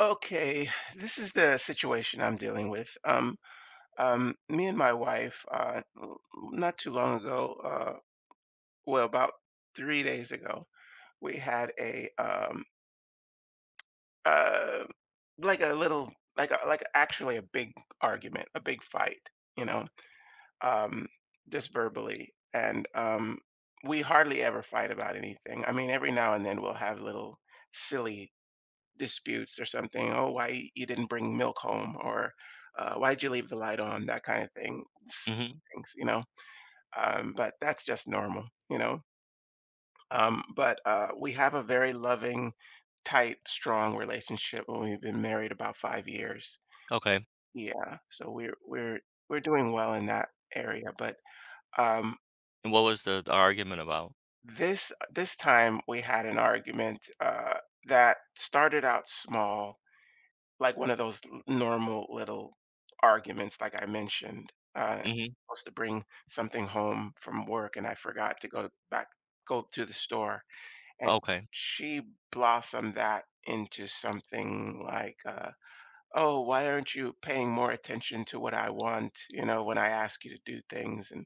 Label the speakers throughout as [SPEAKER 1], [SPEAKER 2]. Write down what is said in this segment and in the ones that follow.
[SPEAKER 1] Okay, this is the situation I'm dealing with. Me and my wife, not too long ago, about 3 days ago, we had a uh, like a little, like actually a big argument, a big fight, you know, um, just verbally, and we hardly ever fight about anything. I mean, every now and then we'll have little silly disputes or something. Oh, why you didn't bring milk home, or why'd you leave the light on? That kind of thing.
[SPEAKER 2] Mhm.
[SPEAKER 1] Things, you know. But that's just normal, you know. But We have a very loving, tight, strong relationship, and we've been married about 5 years.
[SPEAKER 2] Okay.
[SPEAKER 1] Yeah, so we're doing well in that area. But um,
[SPEAKER 2] And what was the argument about?
[SPEAKER 1] this time we had an argument that started out small, like one of those l normal little arguments like I mentioned.
[SPEAKER 2] Mhm.
[SPEAKER 1] Supposed to bring something home from work and I forgot to go to the store, and
[SPEAKER 2] Okay.
[SPEAKER 1] she blossomed that into something like, "Oh, why aren't you paying more attention to what I want, you know, when I ask you to do things?" And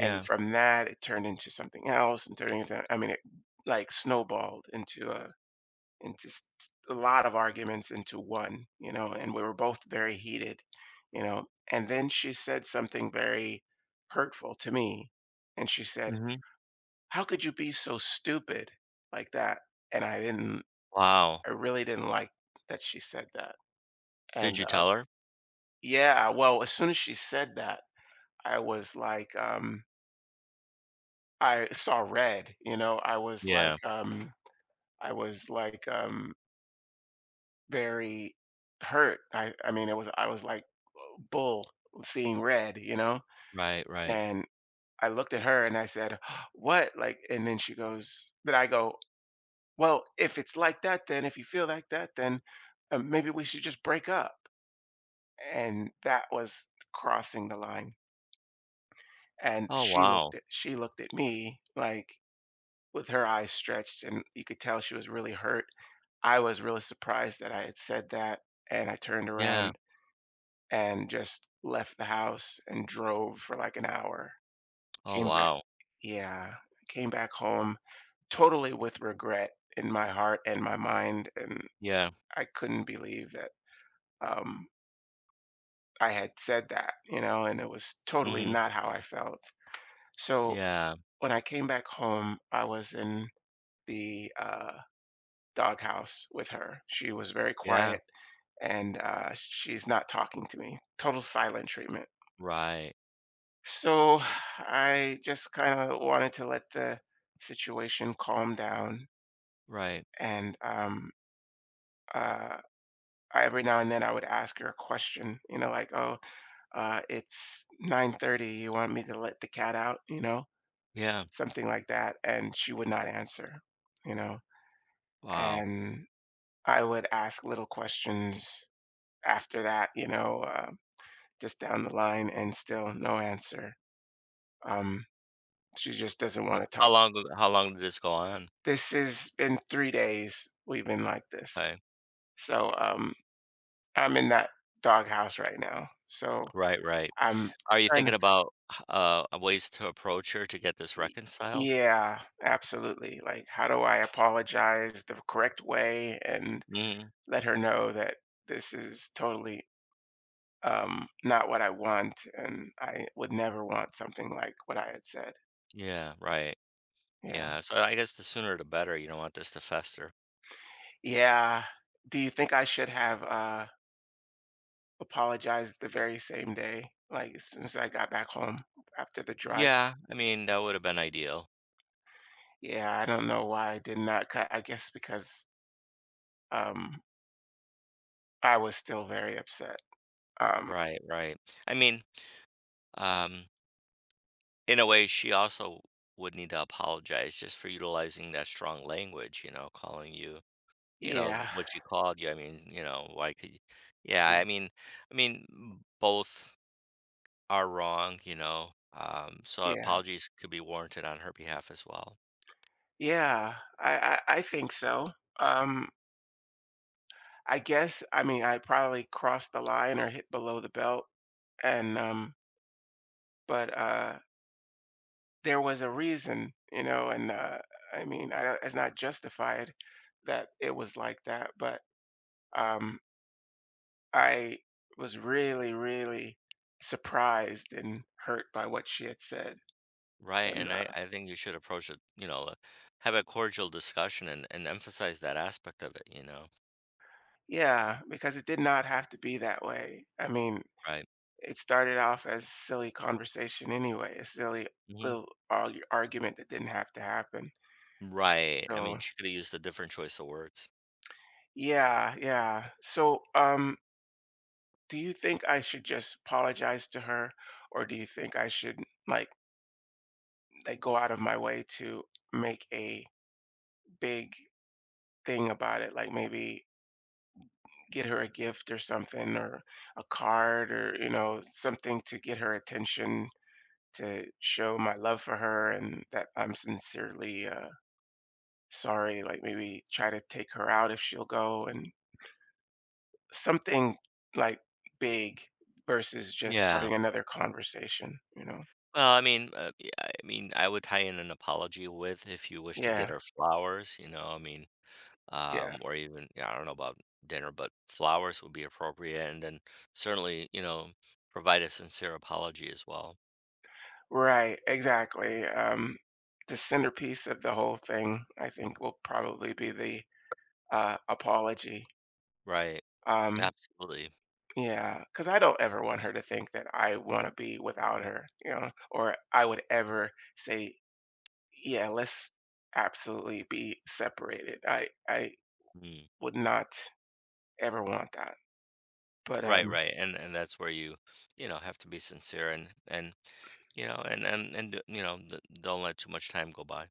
[SPEAKER 1] and from that, it turned into something else and turning into, I mean, it, like, snowballed into a and just a lot of arguments into one, you know, and we were both very heated, you know. And then she said something very hurtful to me. And she said,
[SPEAKER 2] Mhm.
[SPEAKER 1] "How could you be so stupid like that?" And I didn't,
[SPEAKER 2] Wow.
[SPEAKER 1] I really didn't like that she said that.
[SPEAKER 2] Did
[SPEAKER 1] And
[SPEAKER 2] you tell her?
[SPEAKER 1] Yeah, well, as soon as she said that, I was like, I saw red, you know,
[SPEAKER 2] Yeah.
[SPEAKER 1] I was like, um, very hurt. I mean, it was, I was like bull seeing red, you know?
[SPEAKER 2] Right, right.
[SPEAKER 1] And I looked at her and I said, "What?" Like and then she goes, then I go, "Well, if it's like that, then if you feel like that, then maybe we should just break up." And that was crossing the line. And
[SPEAKER 2] Oh, wow.
[SPEAKER 1] she looked at me with her eyes stretched and you could tell she was really hurt. I was really surprised that I had said that, and I turned
[SPEAKER 2] Yeah.
[SPEAKER 1] around and just left the house and drove for like an hour.
[SPEAKER 2] Oh,
[SPEAKER 1] Came back,
[SPEAKER 2] wow.
[SPEAKER 1] yeah, came back home totally with regret in my heart and my mind, and
[SPEAKER 2] Yeah.
[SPEAKER 1] I couldn't believe that, um, I had said that, you know, and it was totally
[SPEAKER 2] Mhm.
[SPEAKER 1] not how I felt. So,
[SPEAKER 2] Yeah.
[SPEAKER 1] when I came back home, I was in the, doghouse with her. She was very
[SPEAKER 2] Yeah.
[SPEAKER 1] quiet, and, she's not talking to me. Total silent treatment.
[SPEAKER 2] Right.
[SPEAKER 1] So I just kind of wanted to let the situation calm down.
[SPEAKER 2] Right.
[SPEAKER 1] And uh, every now and then I would ask her a question, you know, like, oh, it's 9:30. You want me to let the cat out? You know,
[SPEAKER 2] Yeah.
[SPEAKER 1] something like that. And she would not answer, you know.
[SPEAKER 2] Wow.
[SPEAKER 1] And I would ask little questions after that, you know, just down the line and still no answer. Um, she just doesn't want to talk.
[SPEAKER 2] How long did this go on?
[SPEAKER 1] This has been 3 days we've been like this.
[SPEAKER 2] Okay.
[SPEAKER 1] So, I'm in that doghouse right now. So,
[SPEAKER 2] Right, right.
[SPEAKER 1] I'm
[SPEAKER 2] Are you
[SPEAKER 1] trying
[SPEAKER 2] thinking
[SPEAKER 1] to
[SPEAKER 2] about, h ways to approach her to get this
[SPEAKER 1] f
[SPEAKER 2] reconciled?
[SPEAKER 1] Yeah, absolutely. Like, how do I apologize the correct way and
[SPEAKER 2] Mhm.
[SPEAKER 1] let her know that this is totally, not what I want, and I would never want something like what I had said.
[SPEAKER 2] Yeah. Right.
[SPEAKER 1] Yeah.
[SPEAKER 2] Yeah. So I guess the sooner the better. You don't want this to fester.
[SPEAKER 1] Yeah. Do you think I should have, apologized the very same day, like, as soon as I got back home after the drive.
[SPEAKER 2] Yeah, I mean, that would have been ideal.
[SPEAKER 1] Yeah, I don't know why I did not cut I guess because, um, I was still very upset. Um,
[SPEAKER 2] Right, right. I mean, um, in a way, she also would need to apologize just for utilizing that strong language, you know, calling you, you know,
[SPEAKER 1] yeah.
[SPEAKER 2] what she called you. I mean, you know, why could you? Yeah,
[SPEAKER 1] Yeah.
[SPEAKER 2] I mean, both are wrong, you know. So
[SPEAKER 1] Yeah.
[SPEAKER 2] apologies could be warranted on her behalf as well.
[SPEAKER 1] Yeah. I think so. Um, I guess, I mean, I probably crossed the line or hit below the belt, and, um but, there was a reason, you know, and, I mean, I don't, it's not justified that it was like that, but, um I was really, really surprised and hurt by what she had said.
[SPEAKER 2] Right,
[SPEAKER 1] And
[SPEAKER 2] and I, I think you should approach it, you know, have a cordial discussion and emphasize that aspect of it, you know.
[SPEAKER 1] Yeah, because it did not have to be that way. I mean,
[SPEAKER 2] Right.
[SPEAKER 1] it started off as silly conversation anyway, a silly
[SPEAKER 2] Mm-hmm.
[SPEAKER 1] little argument that didn't have to happen.
[SPEAKER 2] Right, I
[SPEAKER 1] So
[SPEAKER 2] mean, she coulda used a different choice of words.
[SPEAKER 1] yeah, yeah. So, do you think I should just apologize to her, or do you think I should, like, go out of my way to make a big thing about it? Like maybe get her a gift or something, or a card, or, you know, something to get her attention, to show my love for her and that I'm sincerely sorry. Like maybe try to take her out if she'll go, and something like big, versus just
[SPEAKER 2] Yeah.
[SPEAKER 1] having another conversation, you know.
[SPEAKER 2] Well, I mean, yeah, I mean, I would tie in an apology with if you wish to
[SPEAKER 1] Yeah,
[SPEAKER 2] get her flowers, you know, I mean,
[SPEAKER 1] yeah,
[SPEAKER 2] or even yeah, I don't know about dinner, but flowers would be appropriate, and then certainly, you know, provide a sincere apology as well.
[SPEAKER 1] right, exactly. The centerpiece of the whole thing, I think, will probably be the apology.
[SPEAKER 2] Right,
[SPEAKER 1] um
[SPEAKER 2] absolutely.
[SPEAKER 1] Yeah, cause I don't ever want her to think that I wanna be without her, you know, or I would ever say, "Yeah, let's absolutely be separated." I
[SPEAKER 2] Mm.
[SPEAKER 1] would not ever want that. But,
[SPEAKER 2] Right,
[SPEAKER 1] um,
[SPEAKER 2] right, and that's where you know, have to be sincere and you know, and you know, d don't let too much time go by.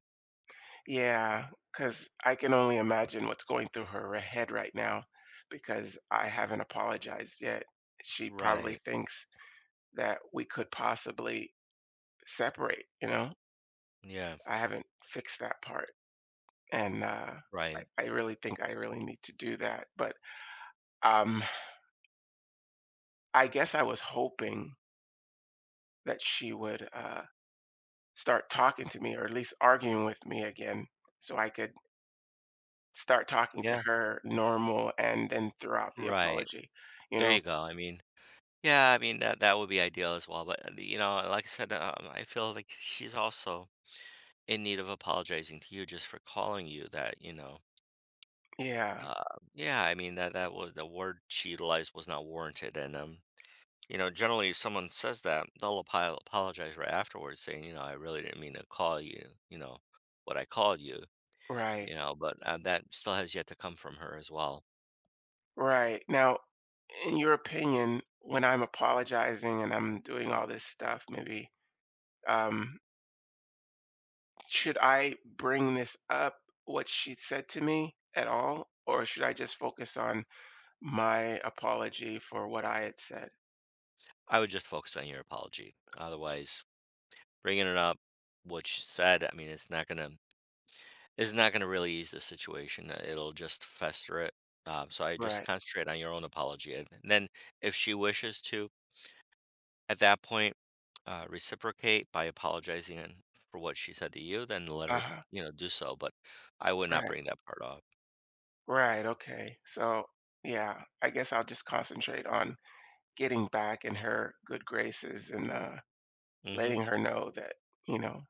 [SPEAKER 1] yeah, cause I can only imagine what's going through her head right now, because I haven't apologized yet. She probably
[SPEAKER 2] Right.
[SPEAKER 1] thinks that we could possibly separate, you know?
[SPEAKER 2] Yeah,
[SPEAKER 1] I haven't fixed that part. And
[SPEAKER 2] right.
[SPEAKER 1] I really think I really need to do that. But um, I guess I was hoping that she would, start talking to me, or at least arguing with me again, so I could start talking to
[SPEAKER 2] Yeah,
[SPEAKER 1] her normal and then throughout the
[SPEAKER 2] right.
[SPEAKER 1] apology. You
[SPEAKER 2] There
[SPEAKER 1] know?
[SPEAKER 2] you go. I mean, yeah, I mean that that would be ideal as well. But you know, like I said, I feel like she's also in need of apologizing to you just for calling you. That you know,
[SPEAKER 1] Yeah.
[SPEAKER 2] uh, yeah, I mean that that was the word she utilized was not warranted. And you know, generally, if someone says that, they'll apologize right afterwards, saying, you know, I really didn't mean to call you. You know, what I called you.
[SPEAKER 1] Right.
[SPEAKER 2] You know, but that still has yet to come from her as well.
[SPEAKER 1] Right. Now, in your opinion, when I'm apologizing and I'm doing all this stuff, maybe. Um, Should I bring this up, what she said to me at all, or should I just focus on my apology for what I had said?
[SPEAKER 2] I would just focus on your apology. Otherwise, bringing it up, which said, I mean, it's not gonna really ease the situation. It'll just fester it. So I just
[SPEAKER 1] Right.
[SPEAKER 2] concentrate on your own apology, and then if she wishes to, at that point, reciprocate by apologizing and- for what she said to you. Then let her,
[SPEAKER 1] Uh-huh.
[SPEAKER 2] you know, do so. But I would not
[SPEAKER 1] Right.
[SPEAKER 2] bring that part up.
[SPEAKER 1] Right. Okay. So, yeah, I guess I'll just concentrate on getting back in her good graces, and
[SPEAKER 2] Hmm.
[SPEAKER 1] letting her know that, you know,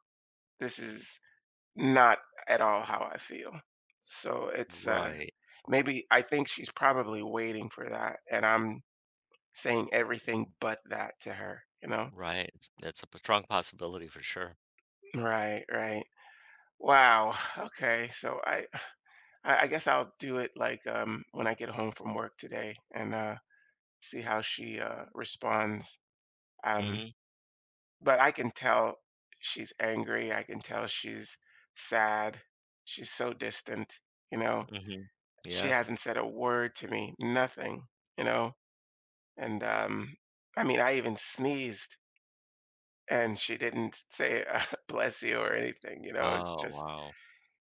[SPEAKER 1] this is not at all how I feel. So it's
[SPEAKER 2] Right.
[SPEAKER 1] Maybe, I think she's probably waiting for that, and I'm saying everything but that to her, you know?
[SPEAKER 2] Right. It's- That's a strong possibility for sure.
[SPEAKER 1] Right, right. Wow. Okay. So I I guess I'll do it, like, when I get home from work today, and see how she responds. Um
[SPEAKER 2] Hmm.
[SPEAKER 1] but I can tell she's angry. I can tell she's sad. She's so distant, you know.
[SPEAKER 2] Hmm.
[SPEAKER 1] She
[SPEAKER 2] Yeah.
[SPEAKER 1] hasn't said a word to me, nothing, you know. And I mean, I even sneezed, and she didn't say, "Bless you" or anything, you know? It's
[SPEAKER 2] Oh,
[SPEAKER 1] just,
[SPEAKER 2] wow.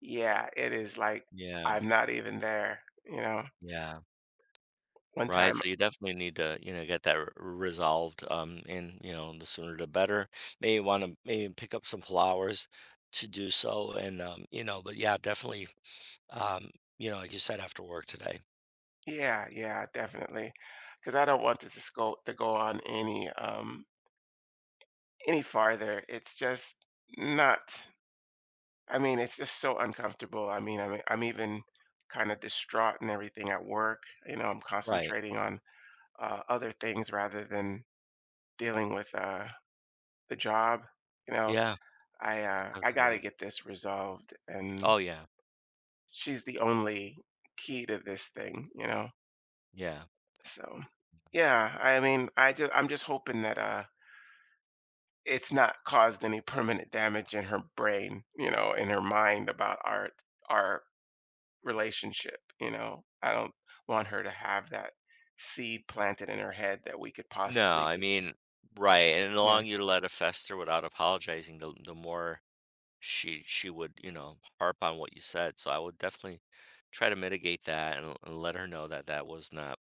[SPEAKER 1] yeah, it is like,
[SPEAKER 2] Yeah.
[SPEAKER 1] I'm not even there, you know?
[SPEAKER 2] Yeah.
[SPEAKER 1] One
[SPEAKER 2] Right,
[SPEAKER 1] time,
[SPEAKER 2] so you definitely need to, you know, get that r resolved, and, you know, the sooner the better. Maybe pick up some flowers to do so and, you know, but yeah, definitely, um, you know, like you said, after work today.
[SPEAKER 1] yeah, yeah, definitely, because I don't want this go on any farther. It's just not, I mean, it's just so uncomfortable. I mean, I'm even kinda distraught and everything at work, you know? I'm
[SPEAKER 2] Right.
[SPEAKER 1] concentrating on, other things rather than dealing with, the job, you know?
[SPEAKER 2] Yeah,
[SPEAKER 1] I, I gotta
[SPEAKER 2] absolutely.
[SPEAKER 1] get this resolved, and
[SPEAKER 2] Oh, yeah,
[SPEAKER 1] she's the only key to this thing, you know.
[SPEAKER 2] yeah.
[SPEAKER 1] So, yeah, I mean, I'm just hoping that, it's not caused any permanent damage in her brain, you know, in her mind about our relationship, you know. I don't want her to have that seed planted in her head that we could
[SPEAKER 2] No,
[SPEAKER 1] possibly
[SPEAKER 2] I
[SPEAKER 1] get.
[SPEAKER 2] mean right, and the longer you let it fester without apologizing, the more she would, you know, harp on what you said, so I would definitely try to mitigate that and let her know that that was not.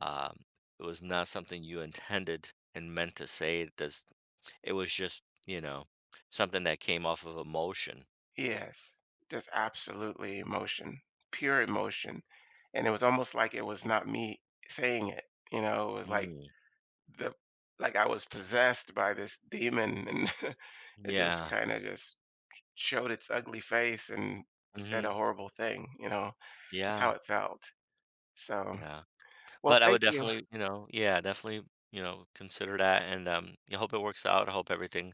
[SPEAKER 2] Um, it was not something you intended and meant to say. It does. It was just, you know, something that came off of emotion.
[SPEAKER 1] Yes, just absolutely emotion, pure emotion, and it was almost like it was not me saying it, you know, it was like
[SPEAKER 2] Mm.
[SPEAKER 1] the like I was possessed by this demon and it just
[SPEAKER 2] Yeah.
[SPEAKER 1] kind of just showed its ugly face and said
[SPEAKER 2] Hmm.
[SPEAKER 1] a horrible thing, you know. That's how
[SPEAKER 2] Yeah.
[SPEAKER 1] it felt. So,
[SPEAKER 2] Yeah.
[SPEAKER 1] well,
[SPEAKER 2] But I
[SPEAKER 1] thank
[SPEAKER 2] would
[SPEAKER 1] you.
[SPEAKER 2] definitely, you know, yeah, definitely, you know, consider that. And I hope it works out. I hope everything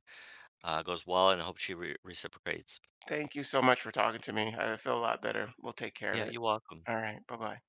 [SPEAKER 2] goes well, and I hope she reciprocates.
[SPEAKER 1] Thank you so much for talking to me. I feel a lot better. We'll take care
[SPEAKER 2] Yeah,
[SPEAKER 1] of it.
[SPEAKER 2] you're welcome.
[SPEAKER 1] All right. Bye-bye.